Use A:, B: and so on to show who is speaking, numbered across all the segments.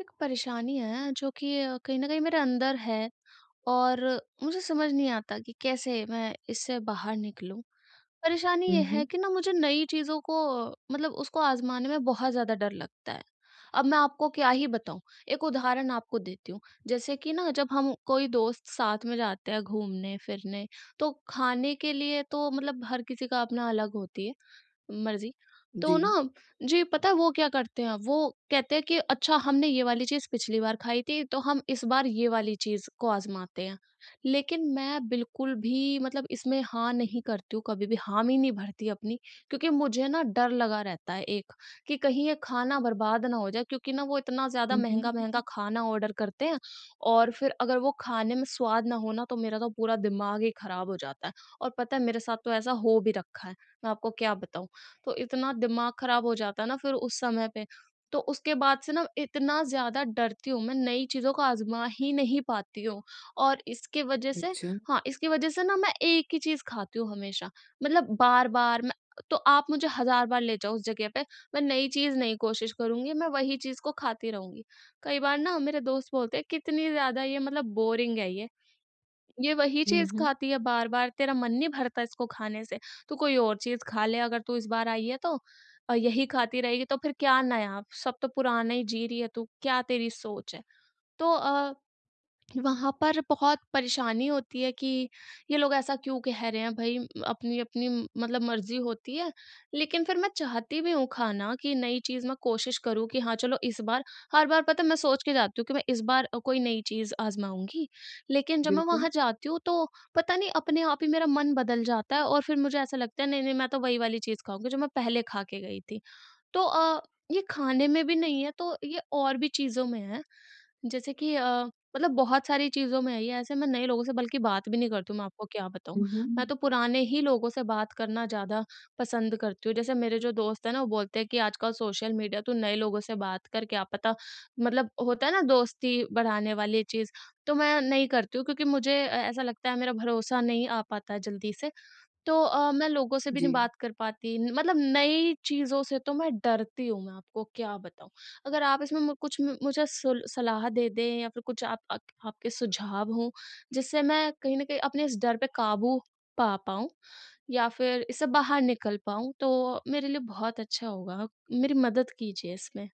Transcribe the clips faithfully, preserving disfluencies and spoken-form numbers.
A: एक परेशानी है जो कि अ, कहीं न कहीं मेरे अंदर है और मुझे समझ नहीं आता कि कैसे मैं इससे बाहर निकलूँ। परेशानी
B: हुँ,
A: ये है
B: हुँ।
A: कि ना मुझे नई चीज़ों को अ, मतलब उसको आज़माने में बहुत ज़्यादा डर लगता है। अब मैं आपको क्या ही बताऊँ? एक उदाहरण आपको देती हूँ। जैसे कि ना जब हम कोई दोस्त साथ में जाते हैं घूमने-फिरने, तो खाने के लिए तो मतलब हर किसी का अपना अलग होती है। मर्ज़ी। तो
B: जी।
A: ना जी, पता है वो क्या करते हैं, वो कहते हैं कि अच्छा हमने ये वाली चीज़ पिछली बार खाई थी, तो हम इस बार ये वाली चीज़ को आज़माते हैं। लेकिन मैं बिल्कुल भी मतलब इसमें हाँ नहीं करती हूँ, कभी भी हामी नहीं भरती अपनी, क्योंकि मुझे ना डर लगा रहता है एक, कि कहीं ये खाना बर्बाद ना हो जाए क्योंकि ना वो इतना ज़्यादा
B: हुँ, हुँ।
A: महँगा-महँगा खाना ऑर्डर करते हैं, और फिर अगर वो खाने में स्वाद ना हो ना, तो मेरा तो पूरा दिमाग ही खराब हो जाता है। और पता है मेरे साथ तो ऐसा हो भी रखा है, मैं आपको क्या बताऊँ। तो इतना दिमाग खराब हो जाता है ना फिर उस समय पे। तो उसके बाद से ना इतना ज़्यादा डरती हूँ, मैं नई चीज़ों को आज़मा ही नहीं पाती हूँ, और इसके वजह से
B: अच्छा।
A: हाँ, इसकी वजह से ना मैं एक ही चीज़ खाती हूँ हमेशा। मतलब बार-बार मैं, तो आप मुझे हज़ार बार ले जाओ उस जगह पे, मैं नई चीज़ नहीं कोशिश करूँगी, मैं वही चीज़ को खाती रहूँगी। कई बार ना मेरे दोस्त बोलते हैं, "कितनी ज़्यादा ये मतलब बोरिंग है ये। ये वही
B: हुँ,
A: चीज़
B: हुँ।
A: खाती है बार-बार, तेरा मन नहीं भरता इसको खाने से, तू कोई और चीज़ खा ले, अगर तू इस बार आई है तो अ, यही खाती रहेगी तो फिर क्या नया? सब तो पुराना ही जी रही है तू, क्या तेरी सोच है?" तो अ वहाँ पर बहुत परेशानी होती है कि ये लोग ऐसा क्यों कह रहे हैं, भई अपनी अपनी म- मतलब मर्ज़ी होती है। लेकिन फिर मैं चाहती भी हूँ खाना कि नई चीज़ मैं कोशिश करूँ, कि हाँ, चलो इस बार, हर बार पता है मैं सोच के जाती हूँ कि मैं इस बार अ, कोई नई चीज़ आज़माऊँगी। लेकिन जब मैं
B: बिल्कुल।
A: वहाँ जाती हूँ तो पता नहीं अपने आप ही मेरा मन बदल जाता है, और फिर मुझे ऐसा लगता है नहीं, नहीं मैं तो वही वाली चीज़ खाऊँगी जो मैं पहले खा के गई थी। तो अ, ये खाने में भी नहीं है तो ये और भी चीज़ों में है। जैसे कि अ, मतलब बहुत सारी चीज़ों में है ये, ऐसे मैं नए लोगों से बल्कि बात भी नहीं करती हूँ, मैं आपको क्या बताऊँ।
B: हुँ,
A: मैं
B: हुँ।
A: तो पुराने ही लोगों से बात करना ज़्यादा पसंद करती हूँ। जैसे मेरे जो दोस्त हैं ना, वो बोलते हैं कि आजकल सोशल मीडिया तू नए लोगों से बात कर, क्या पता मतलब होता है ना दोस्ती बढ़ाने वाली चीज़, तो मैं नहीं करती हूँ क्योंकि मुझे अ, ऐसा लगता है मेरा भरोसा नहीं आ पाता है जल्दी से। तो अ, मैं लोगों से भी
B: जी,
A: नहीं बात कर पाती न, मतलब नई चीज़ों से तो मैं डरती हूँ, मैं आपको क्या बताऊँ। अगर आप इसमें मु कुछ मु मुझे सुल सलाह दे दें, या फिर कुछ आप अक आपके सुझाव हों, जिससे मैं कहीं न कहीं अपने इस डर पे काबू पा पाऊँ, या फिर इससे बाहर निकल पाऊँ, तो मेरे लिए बहुत अच्छा होगा। मेरी मदद कीजिए इसमें।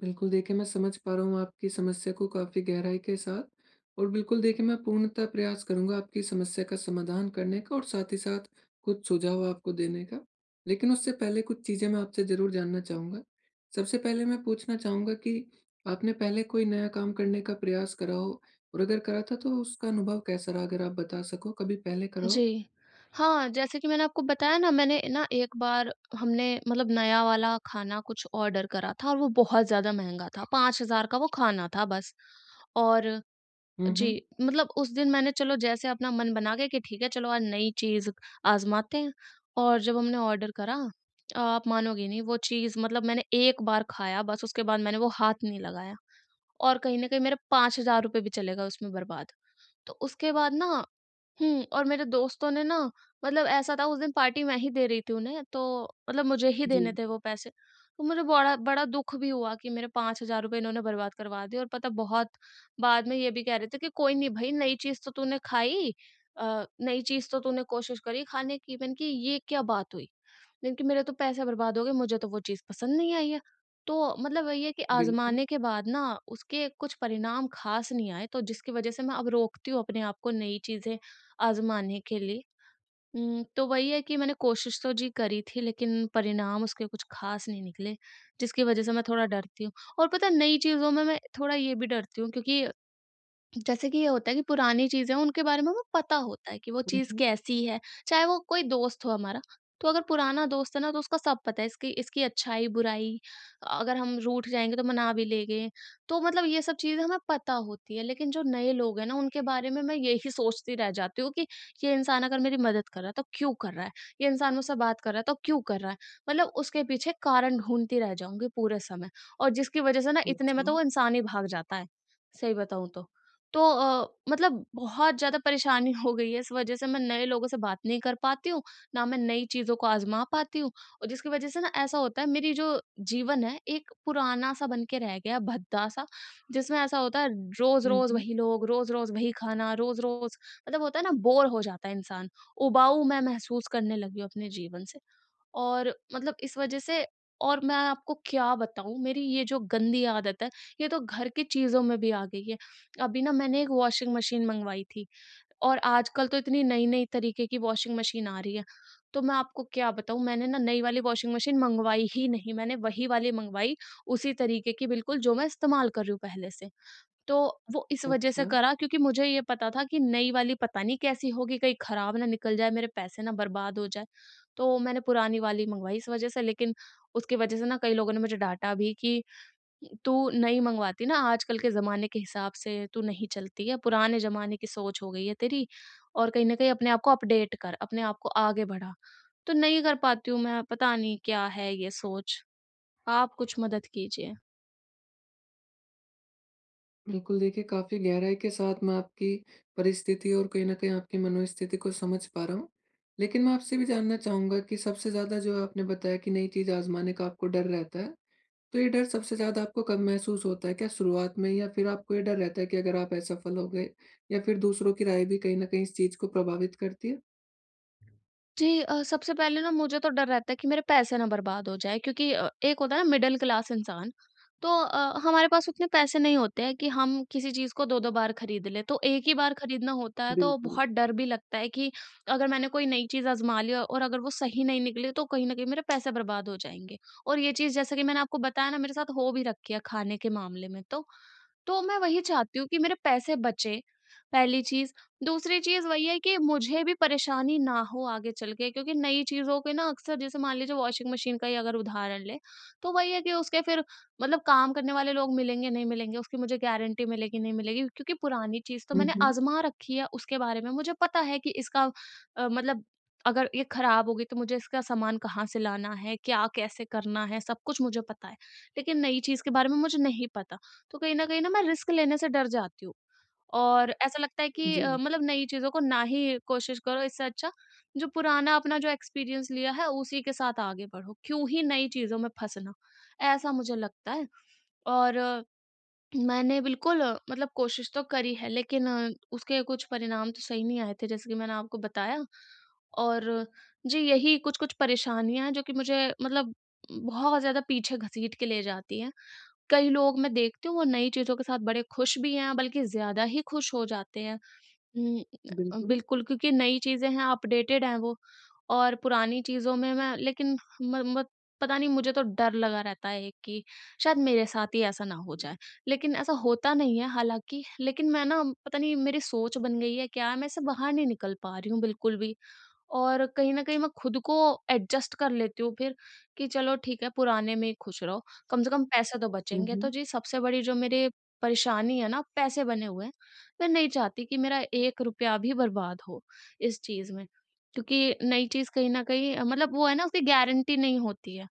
B: बिल्कुल देखिए मैं समझ पा रहा हूँ आपकी समस्या को काफ़ी गहराई के साथ। और बिल्कुल देखिए मैं पूर्णतः प्रयास करूँगा आपकी समस्या का समाधान करने का और साथ ही साथ कुछ सुझाव आपको देने का। लेकिन उससे पहले कुछ चीज़ें मैं आपसे ज़रूर जानना चाहूँगा। सबसे पहले मैं पूछना चाहूँगा कि आपने पहले कोई नया काम करने का प्रयास करा हो? और अगर करा था तो उसका अनुभव कैसा रहा? अगर आप बता सको, कभी पहले करा हो?
A: जी। हाँ, जैसे कि मैंने आपको बताया ना, मैंने ना एक बार, हमने मतलब नया वाला खाना कुछ ऑर्डर करा था और वो बहुत ज़्यादा महँगा था, पाँच हज़ार का वो खाना था बस। और
B: हुँ, हुँ।
A: जी, मतलब उस दिन मैंने चलो जैसे अपना मन बना के कि ठीक है चलो आज नई चीज़ आज़माते हैं, और जब हमने ऑर्डर करा, आप मानोगे नहीं, वो चीज़ मतलब मैंने एक बार खाया बस, उसके बाद मैंने वो हाथ नहीं लगाया, और कहीं न कहीं मेरे पाँच हज़ार रुपए भी चले गए उसमें बर्बाद। तो उसके बाद ना, हुँ, और मेरे दोस्तों ने ना, मतलब ऐसा था उस दिन पार्टी मैं ही दे रही थी उन्हें, तो मतलब मुझे ही
B: जी।
A: देने थे वो पैसे। तो मुझे बड़ा बड़ा दुःख भी हुआ कि मेरे पाँच हज़ार रुपए इन्होंने बर्बाद करवा दिए, और पता बहुत बाद में ये भी कह रहे थे कि कोई नहीं भई, नई चीज़ तो तूने खाई, अ, नई चीज़ तो तूने कोशिश करी खाने की। मैंने कि ये क्या बात हुई? मैंने कि मेरे तो पैसे बर्बाद हो गए, मुझे तो वो चीज़ पसंद नहीं आई है। तो मतलब वही है कि
B: बिल्कुल।
A: आज़माने के बाद ना उसके कुछ परिणाम ख़ास नहीं आए, तो जिसकी वज़ह से मैं अब रोकती हूँ अपने आप को नई चीज़ें आज़माने के लिए। उम, तो वही है कि मैंने कोशिश तो जी करी थी, लेकिन परिणाम उसके कुछ ख़ास नहीं निकले, जिसकी वज़ह से मैं थोड़ा डरती हूँ। और पता है नई चीज़ों में मैं थोड़ा ये भी डरती हूँ क्योंकि, जैसे कि ये होता है कि पुरानी चीज़ें हैं, उनके बारे में हमें पता होता है कि वो
B: हुँ,
A: चीज़
B: हुँ।
A: कैसी है, चाहे वो कोई दोस्त हो हमारा। तो अगर पुराना दोस्त है ना, तो उसका सब पता है, इसकी इसकी अच्छाई-बुराई, अगर हम रूठ जाएँगे तो मना भी लेंगे। तो मतलब ये सब चीज़ें हमें पता होती है, लेकिन जो नए लोग हैं ना, उनके बारे में मैं यही सोचती रह जाती हूँ कि ये इंसान अगर मेरी मदद कर रहा है, तो क्यों कर रहा है? ये इंसान मुझसे बात कर रहा है, तो क्यों कर रहा है? मतलब उसके पीछे कारण ढूँढती रह जाऊँगी पूरे समय, और जिसकी वज़ह से ना इतने में
B: अच्छा।
A: तो वो इंसान ही भाग जाता है, सही बताऊँ तो। तो अ, मतलब बहुत ज़्यादा परेशानी हो गई है, इस वज़ह से मैं नए लोगों से बात नहीं कर पाती हूँ, ना मैं नई चीज़ों को आज़मा पाती हूँ, और जिसकी वज़ह से ना ऐसा होता है मेरी जो जीवन है एक पुराना-सा बन के रह गया है, भद्दा-सा, जिसमें ऐसा होता है
B: हुँ,
A: रोज़-रोज़
B: हुँ।
A: वही लोग, रोज़-रोज़ वही खाना, रोज़-रोज़, मतलब होता है ना बोर हो जाता है इंसान, उबाऊ मैं महसूस करने लगी हूँ अपने जीवन से। और मतलब इस वजह से, और मैं आपको क्या बताऊँ मेरी ये जो गंदी आदत है, ये तो घर की चीज़ों में भी आ गई है। अभी ना मैंने एक वॉशिंग मशीन मँगवाई थी, और आजकल तो इतनी नई-नई तरीके की वॉशिंग मशीन आ रही है। तो मैं आपको क्या बताऊँ, मैंने ना नई वाली वॉशिंग मशीन मँगवाई ही नहीं, मैंने वही वाली मँगवाई, उसी तरीके की बिल्कुल जो मैं इस्तेमाल कर रही हूँ पहले से। तो वो इस वजह से
B: अच्छा।
A: करा क्योंकि मुझे ये पता था कि नई वाली पता नहीं कैसी होगी, कहीं खराब ना निकल जाए, मेरे पैसे ना बर्बाद हो जाए। तो मैंने पुरानी वाली मँगवाई इस वजह से, लेकिन उसकी वजह से ना कई लोगों ने मुझे डाँटा भी कि तू नई मँगवाती ना, आजकल के ज़माने के हिसाब से तू नहीं चलती है, पुराने ज़माने की सोच हो गई है तेरी, और कहीं न कहीं अपने आप को अपडेट कर, अपने आप को आगे बढ़ा। तो नहीं कर पाती हूँ मैं, पता नहीं क्या है ये सोच। आप कुछ मदद कीजिए।
B: बिल्कुल देखिए काफ़ी गहराई के साथ मैं आपकी परिस्थिति और कहीं न कहीं आपकी मनोस्थिति को समझ पा रहा हूँ। लेकिन मैं आपसे भी जानना चाहूँगा कि सबसे ज़्यादा जो आपने बताया कि नई चीज़ आज़माने का आपको डर रहता है, तो ये डर सबसे ज़्यादा आपको कब महसूस होता है? क्या शुरुआत में, या फिर आपको ये डर रहता है कि अगर आप असफल हो गए, या फिर दूसरों की राय भी कहीं न कहीं इस चीज़ को प्रभावित करती है?
A: जी अ, सबसे पहले ना मुझे तो डर रहता है कि मेरे पैसे ना बर्बाद हो जाए क्योंकि अ, एक होता है ना मिडिल क्लास इंसान, तो अ, हमारे पास उतने पैसे नहीं होते हैं कि हम किसी चीज़ को दो-दो बार खरीद लें। तो एक ही बार खरीदना होता है तो
B: बिल्कुल।
A: बहुत डर भी लगता है कि अगर मैंने कोई नई चीज़ आज़मा ली और अगर वो सही नहीं निकली तो कहीं न कहीं मेरे पैसे बर्बाद हो जाएँगे। और ये चीज़ जैसे कि मैंने आपको बताया ना मेरे साथ हो भी रखी है खाने के मामले में तो। तो मैं वही चाहती हूँ कि मेरे पैसे बचें, पहली चीज़। दूसरी चीज़ वही है कि मुझे भी परेशानी ना हो आगे चल के, क्योंकि नई चीज़ों के ना अक्सर, जैसे मान लीजिए वॉशिंग मशीन का ही अगर उदाहरण लें, तो वही है कि उसके फिर मतलब काम करने वाले लोग मिलेंगे, नहीं मिलेंगे, उसकी मुझे गारंटी मिलेगी, नहीं मिलेगी, क्योंकि पुरानी चीज़ तो
B: हुँ,
A: मैंने
B: हुँ।
A: आज़मा रखी है, उसके बारे में मुझे पता है कि इसका अ, मतलब अगर ये खराब होगी तो मुझे इसका सामान कहाँ से लाना है, क्या कैसे करना है, सब कुछ मुझे पता है। लेकिन नई चीज़ के बारे में मुझे नहीं पता। तो कहीं न कहीं ना मैं रिस्क लेने से डर जाती हूँ। और ऐसा लगता है कि अ,
B: जी।
A: मतलब नई चीज़ों को ना ही कोशिश करो, इससे अच्छा जो पुराना अपना जो एक्सपीरियंस लिया है उसी के साथ आगे बढ़ो, क्यों ही नई चीज़ों में फँसना? ऐसा मुझे लगता है। और अ, मैंने बिल्कुल अ, मतलब कोशिश तो करी है, लेकिन अ, उसके कुछ परिणाम तो सही नहीं आए थे जैसे कि मैंने आपको बताया। और अ, जी यही कुछ-कुछ परेशानियाँ हैं जो कि मुझे मतलब बहुत ज़्यादा पीछे घसीट के ले जाती हैं। कई लोग मैं देखती हूँ वो नई चीज़ों के साथ बड़े खुश भी हैं, बल्कि ज़्यादा ही खुश हो जाते हैं। हुँ, अ,
B: बिल्कुल।
A: बिल्कुल, क्योंकि नई चीज़ें हैं, अपडेटेड हैं वो, और पुरानी चीज़ों में मैं लेकिन म मत पता नहीं मुझे तो डर लगा रहता है कि शायद मेरे साथ ही ऐसा ना हो जाए। लेकिन ऐसा होता नहीं है हालाँकि, लेकिन मैं ना पता नहीं मेरी सोच बन गई है क्या, मैं इससे बाहर नहीं निकल पा रही हूँ बिल्कुल भी। और कहीं न कहीं मैं खुद को एडजस्ट कर लेती हूँ फिर कि चलो ठीक है पुराने में ही खुश रहो, कम से कम पैसे तो
B: हुँ,
A: बचेंगे। तो
B: हुँ।
A: जी सबसे बड़ी जो मेरी परेशानी है ना, पैसे बने हुए हैं, मैं नहीं चाहती कि मेरा एक रुपया भी बर्बाद हो इस चीज़ में। क्योंकि नई चीज़ कहीं न कहीं अ, मतलब वो है ना उसकी गारंटी नहीं होती है।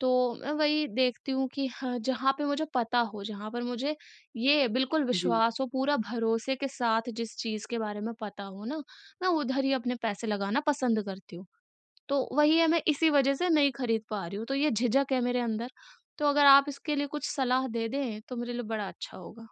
A: तो मैं वही देखती हूँ कि हाँ, जहाँ पे मुझे पता हो, जहाँ पर मुझे ये बिल्कुल
B: जी।
A: विश्वास हो, पूरा भरोसे के साथ जिस चीज़ के बारे में पता हो ना, मैं उधर ही अपने पैसे लगाना पसंद करती हूँ। तो वही है, मैं इसी वज़ह से नहीं खरीद पा रही हूँ, तो ये झिझक है मेरे अंदर। तो अगर आप इसके लिए कुछ सलाह दे दें, तो मेरे लिए बड़ा अच्छा होगा।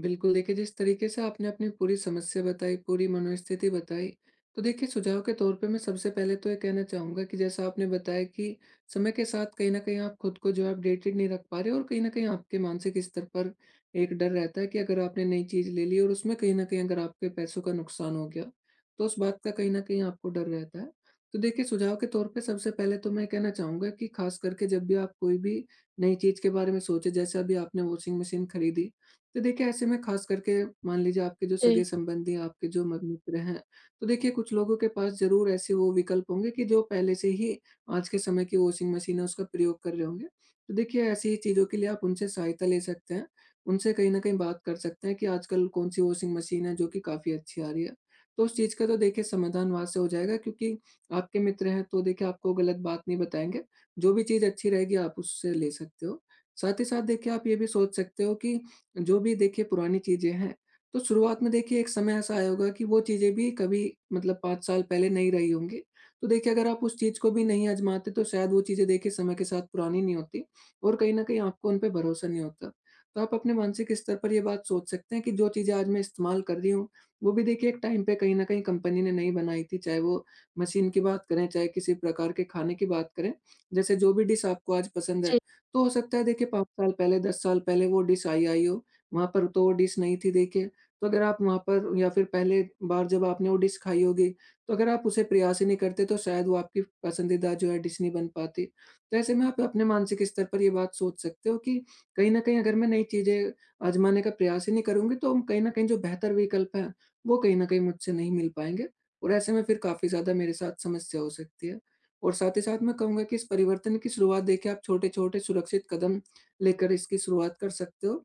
B: बिल्कुल देखिए, जिस तरीके से आपने अपनी पूरी समस्या बताई, पूरी मनोस्थिति बताई, तो देखिए सुझाव के तौर पे मैं सबसे पहले तो ये कहना चाहूँगा कि जैसा आपने बताया कि समय के साथ कहीं न कहीं आप खुद को जो है अपडेटेड नहीं रख पा रहे, और कहीं न कहीं आपके मानसिक स्तर पर एक डर रहता है कि अगर आपने नई चीज़ ले ली और उसमें कहीं न कहीं अगर आपके पैसों का नुकसान हो गया, तो उस बात का कहीं न कहीं आपको डर रहता है। तो देखिए, सुझाव के तौर पे सबसे पहले तो मैं कहना चाहूँगा कि ख़ास करके जब भी आप कोई भी नई चीज़ के बारे में सोचें, जैसे अभी आपने वॉशिंग मशीन खरीदी, तो देखिए, ऐसे में ख़ास करके मान लीजिए आपके जो
A: जी,
B: सगे-संबंधी हैं, आपके जो म मित्र हैं, तो देखिए कुछ लोगों के पास ज़रूर ऐसे वो विकल्प होंगे कि जो पहले से ही आज के समय की वॉशिंग मशीन है, उसका प्रयोग कर रहे होंगे। तो देखिए, ऐसी ही चीज़ों के लिए आप उनसे सहायता ले सकते हैं। उनसे कहीं न कहीं बात कर सकते हैं कि आजकल कौन-सी वॉशिंग मशीन है जो कि काफ़ी अच्छी आ रही है। तो उस चीज़ का तो देखिए समाधान वहाँ से हो जाएगा, क्योंकि आपके मित्र हैं, तो देखिए आपको गलत बात नहीं बताएँगे। जो भी चीज़ अच्छी रहेगी, आप उससे ले सकते हो। साथ ही साथ देखिए, आप ये भी सोच सकते हो कि जो भी देखिए पुरानी चीज़ें हैं, तो शुरुआत में देखिए एक समय ऐसा आया होगा कि वो चीज़ें भी कभी मतलब पाँच साल पहले नहीं रही होंगी। तो देखिए, अगर आप उस चीज़ को भी नहीं आज़माते तो शायद वो चीज़ें देखिए समय के साथ पुरानी नहीं होती, और कहीं न कहीं आपको उन पे भरोसा नहीं होता। तो आप अपने मानसिक स्तर पर ये बात सोच सकते हैं कि जो चीज़ें आज मैं इस्तेमाल कर रही हूँ, वो भी देखिए एक टाइम पे कहीं न कहीं कंपनी ने नहीं बनाई थी, चाहे वो मशीन की बात करें, चाहे किसी प्रकार के खाने की बात करें। जैसे जो भी डिश आपको आज पसंद है,
A: जी,
B: तो हो सकता है देखिए पाँच साल पहले, दस साल पहले वो डिश आई आई हो। वहाँ पर तो वो डिश नहीं थी देखिए, तो अगर आप वहाँ पर, या फिर पहले बार जब आपने वो डिश खाई होगी, तो अगर आप उसे प्रयास ही नहीं करते तो शायद वो आपकी पसंदीदा जो है डिश नहीं बन पाती। तो ऐसे में आप अपने मानसिक स्तर पर ये बात सोच सकते हो कि कहीं न कहीं अगर मैं नई चीज़ें आज़माने का प्रयास ही नहीं करूँगी, तो कहीं न कहीं जो बेहतर विकल्प हैं, वो कहीं न कहीं मुझसे नहीं मिल पाएँगे, और ऐसे में फिर काफ़ी ज़्यादा मेरे साथ समस्या हो सकती है। और साथ ही साथ मैं कहूँगा कि इस परिवर्तन की शुरुआत देखिए आप छोटे-छोटे सुरक्षित कदम लेकर इसकी शुरुआत कर सकते हो।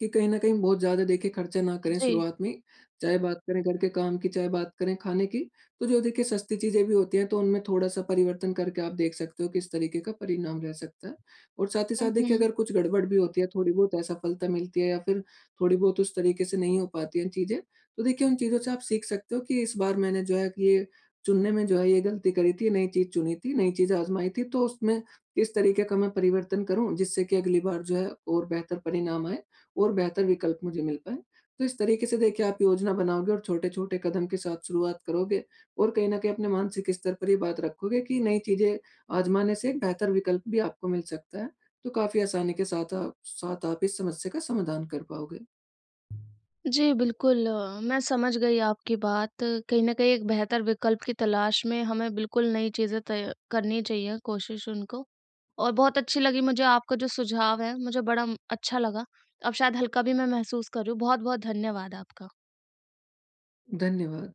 B: कि कहीं न कहीं बहुत ज़्यादा देखिए खर्चा ना करें
A: जी।
B: शुरुआत में, चाहे बात करें घर के काम की, चाहे बात करें खाने की। तो जो देखिए सस्ती चीज़ें भी होती हैं, तो उनमें थोड़ा-सा परिवर्तन करके आप देख सकते हो, किस तरीके का परिणाम रह सकता है। और साथ ही
A: हुँ,
B: साथ देखिए,
A: हुँ।
B: अगर कुछ गड़बड़ भी होती है, थोड़ी बहुत असफलता मिलती है, या फिर थोड़ी बहुत उस तरीके से नहीं हो पाती हैं चीज़ें, तो देखिए उन चीज़ों से आप सीख सकते हो कि इस बार मैंने जो है कि ये चुनने में जो है ये गलती करी थी, नई चीज़ चुनी थी, नई चीज़ आज़माई थी, तो उसमें किस तरीके का मैं परिवर्तन करूँ जिससे कि अगली बार जो है और बेहतर परिणाम आए, और बेहतर विकल्प मुझे मिल पाएँ। तो इस तरीके से देखिए आप योजना बनाओगे और छोटे-छोटे कदम के साथ शुरुआत करोगे, और कहीं न कहीं अपने मानसिक स्तर पर ये बात रखोगे कि नई चीज़ें आज़माने से एक बेहतर विकल्प भी आपको मिल सकता है। तो काफ़ी आसानी के साथ आप साथ आप इस समस्या का समाधान कर पाओगे।
A: जी, बिल्कुल, अ, मैं समझ गई आपकी बात। कहीं न कहीं एक बेहतर विकल्प की तलाश में हमें बिल्कुल नई चीज़ें तय करनी चाहिए, कोशिश उनको, और बहुत अच्छी लगी मुझे आपका जो सुझाव है, मुझे बड़ा म- अच्छा लगा। अब शायद हल्का भी मैं महसूस कर रही हूँ। बहुत-बहुत धन्यवाद आपका।
B: धन्यवाद।